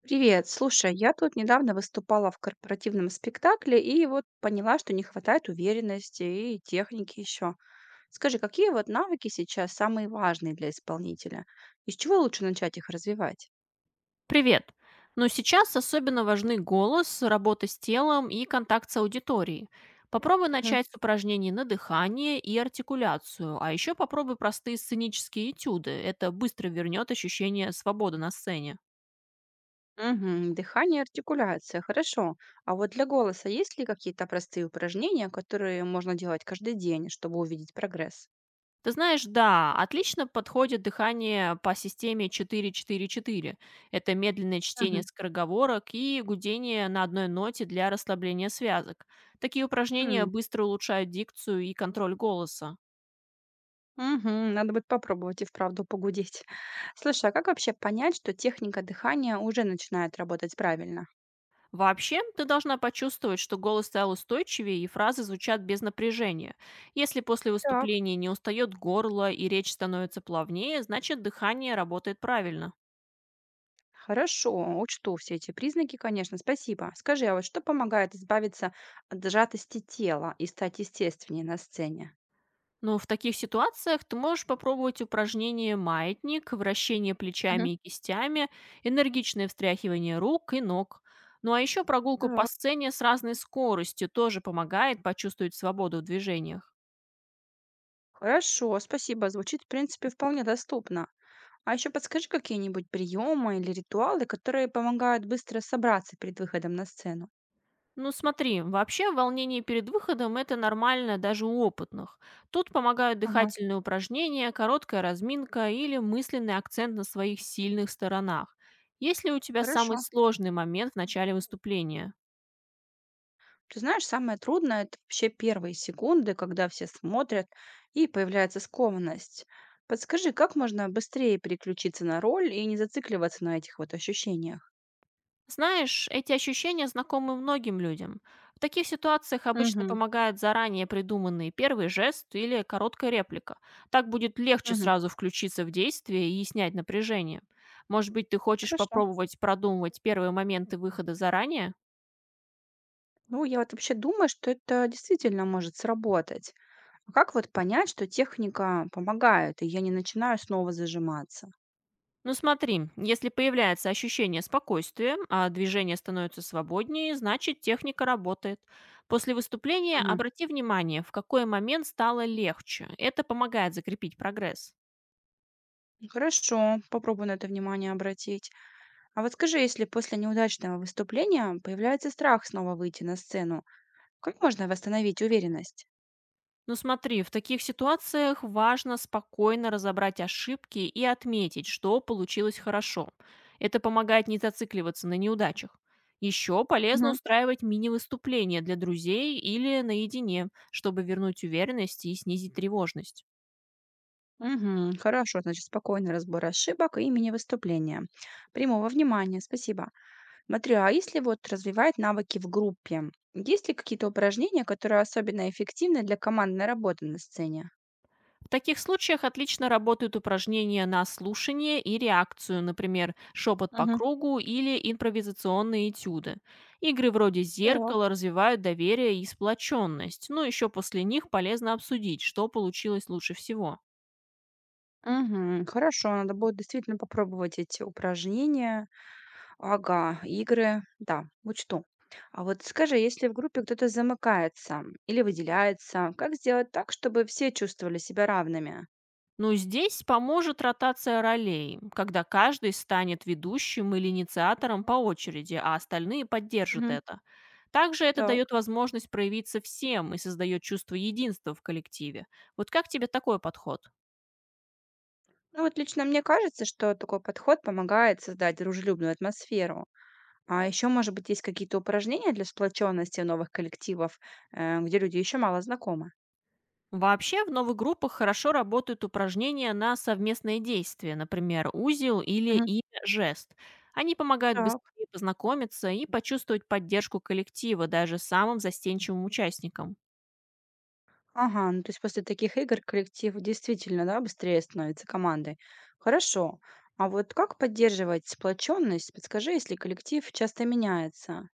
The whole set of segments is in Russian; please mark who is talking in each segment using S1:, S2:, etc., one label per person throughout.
S1: Привет, слушай, я тут недавно выступала в корпоративном спектакле и вот поняла, что не хватает уверенности и техники еще. Скажи, какие вот навыки сейчас самые важные для исполнителя? Из чего лучше начать их развивать?
S2: Привет! Но сейчас особенно важны голос, работа с телом и контакт с аудиторией. Попробуй
S1: Мгм.
S2: начать с упражнений на дыхание и артикуляцию, а еще попробуй простые сценические этюды. Это быстро вернет ощущение свободы на сцене.
S1: Угу, дыхание, артикуляция, хорошо. А вот для голоса есть ли какие-то простые упражнения, которые можно делать каждый день, чтобы увидеть прогресс?
S2: Ты знаешь, да, отлично подходит дыхание по системе 4-4-4. Это медленное чтение
S1: Мгм.
S2: скороговорок и гудение на одной ноте для расслабления связок. Такие упражнения
S1: М,
S2: быстро улучшают дикцию и контроль голоса.
S1: мгм. Надо будет попробовать и вправду погудеть. Слушай, а как вообще понять, что техника дыхания уже начинает работать правильно?
S2: Вообще, ты должна почувствовать, что голос стал устойчивее и фразы звучат без напряжения. Если после
S1: Так,
S2: выступления не устает горло и речь становится плавнее, значит дыхание работает правильно.
S1: хорошо, учту все эти признаки, конечно, спасибо. Скажи, а вот что помогает избавиться от сжатости тела и стать естественнее на сцене?
S2: Но в таких ситуациях ты можешь попробовать упражнение маятник, вращение
S1: Мгм.
S2: плечами и кистями, энергичное встряхивание рук и ног. Ну а еще прогулку по
S1: Так,
S2: сцене с разной скоростью тоже помогает почувствовать свободу в движениях.
S1: хорошо, спасибо. Звучит, в принципе, вполне доступно. А еще подскажи какие-нибудь приемы или ритуалы, которые помогают быстро собраться перед выходом на сцену.
S2: Ну смотри, вообще волнение перед выходом — это нормально даже у опытных. Тут помогают
S1: Ага,
S2: дыхательные упражнения, короткая разминка или мысленный акцент на своих сильных сторонах. Если у тебя самый
S1: хорошо.
S2: сложный момент в начале выступления?
S1: Ты знаешь, самое трудное — это вообще первые секунды, когда все смотрят и появляется скованность. Подскажи, как можно быстрее переключиться на роль и не зацикливаться на этих вот ощущениях?
S2: Знаешь, эти ощущения знакомы многим людям. В таких ситуациях обычно
S1: Мгм.
S2: помогает заранее придуманный первый жест или короткая реплика. Так будет легче
S1: Мгм.
S2: сразу включиться в действие и снять напряжение. Может быть, ты хочешь
S1: Хорошо.
S2: попробовать продумывать первые моменты выхода заранее?
S1: Ну, я вот вообще думаю, что это действительно может сработать. А как вот понять, что техника помогает, и я не начинаю снова зажиматься?
S2: Ну смотри, если появляется ощущение спокойствия, а движение становится свободнее, значит техника работает. После выступления
S1: Мгм.
S2: обрати внимание, в какой момент стало легче. Это помогает закрепить прогресс.
S1: Хорошо, попробую на это внимание обратить. А вот скажи, если после неудачного выступления появляется страх снова выйти на сцену, как можно восстановить уверенность?
S2: Ну смотри, в таких ситуациях важно спокойно разобрать ошибки и отметить, что получилось хорошо. Это помогает не зацикливаться на неудачах. Еще полезно
S1: Мгм.
S2: устраивать мини-выступления для друзей или наедине, чтобы вернуть уверенность и снизить тревожность.
S1: Мгм. Хорошо, значит, спокойный разбор ошибок и мини-выступления. Прямого внимания, спасибо. Смотрю, а если вот развивать навыки в группе, есть ли какие-то упражнения, которые особенно эффективны для командной работы на сцене?
S2: В таких случаях отлично работают упражнения на слушание и реакцию, например, шепот по
S1: Мгм.
S2: кругу или импровизационные этюды. Игры вроде
S1: Так.
S2: зеркала развивают доверие и сплоченность, но еще после них полезно обсудить, что получилось лучше всего.
S1: Мгм. Хорошо, надо будет действительно попробовать эти упражнения. Ага, игры, да, учту. А вот скажи, если в группе кто-то замыкается или выделяется, как сделать так, чтобы все чувствовали себя равными?
S2: Но здесь поможет ротация ролей, когда каждый станет ведущим или инициатором по очереди, а остальные поддержат
S1: Мгм.
S2: это. Также это дает
S1: Так.
S2: возможность проявиться всем и создает чувство единства в коллективе. Вот как тебе такой подход?
S1: Ну вот лично мне кажется, что такой подход помогает создать дружелюбную атмосферу. А еще, может быть, есть какие-то упражнения для сплоченности новых коллективов, где люди еще мало знакомы.
S2: Вообще в новых группах хорошо работают упражнения на совместные действия, например, узел или
S1: Мгм.
S2: имя жест. Они помогают
S1: Так.
S2: быстрее познакомиться и почувствовать поддержку коллектива даже самым застенчивым участникам.
S1: Ага, ну то есть после таких игр коллектив действительно, да, быстрее становится командой. Хорошо. А вот как поддерживать сплоченность? Подскажи, если коллектив часто меняется.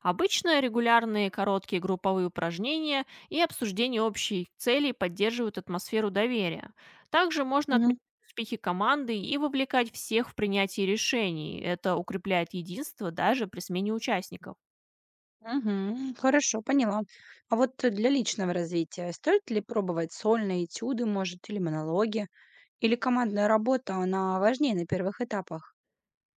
S2: Обычно регулярные короткие групповые упражнения и обсуждение общей цели поддерживают атмосферу доверия. Также можно отмечать
S1: Мгм.
S2: успехи команды и вовлекать всех в принятие решений. Это укрепляет единство даже при смене участников.
S1: Угу, хорошо, поняла. А вот для личного развития стоит ли пробовать сольные этюды, может, или монологи? Или командная работа, она важнее на первых этапах?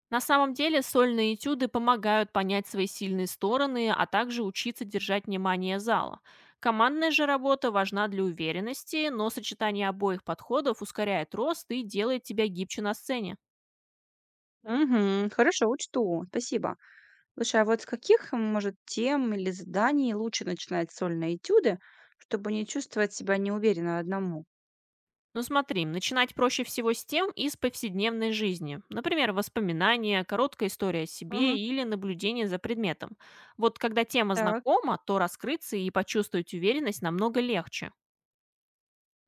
S2: На самом деле сольные этюды помогают понять свои сильные стороны, а также учиться держать внимание зала. Командная же работа важна для уверенности, но сочетание обоих подходов ускоряет рост и делает тебя гибче на сцене.
S1: Угу, хорошо, учту. Спасибо. Слушай, а вот с каких, м, может, тем или заданий лучше начинать сольные этюды, чтобы не чувствовать себя неуверенно одному?
S2: Ну смотри, начинать проще всего с тем из повседневной жизни. Например, воспоминания, короткая история о
S1: Мгм.
S2: себе или наблюдение за предметом. Вот когда тема
S1: Так.
S2: знакома, то раскрыться и почувствовать уверенность намного легче.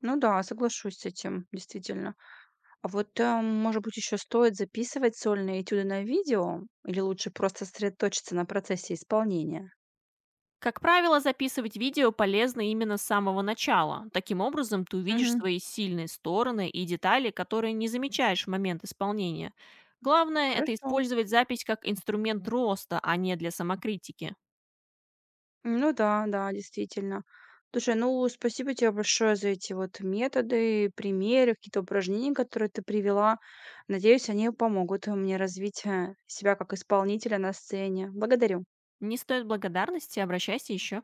S1: Ну да, соглашусь с этим, действительно. А вот, может быть, еще стоит записывать сольные этюды на видео или лучше просто сосредоточиться на процессе исполнения?
S2: Как правило, записывать видео полезно именно с самого начала. Таким образом, ты увидишь
S1: Мгм.
S2: свои сильные стороны и детали, которые не замечаешь в момент исполнения. Главное — это
S1: Хорошо.
S2: использовать запись как инструмент роста, а не для самокритики.
S1: Ну да, да, действительно. Слушай, ну спасибо тебе большое за эти вот методы, примеры, какие-то упражнения, которые ты привела. Надеюсь, они помогут мне развить себя как исполнителя на сцене. Благодарю.
S2: Не стоит благодарности, обращайся еще.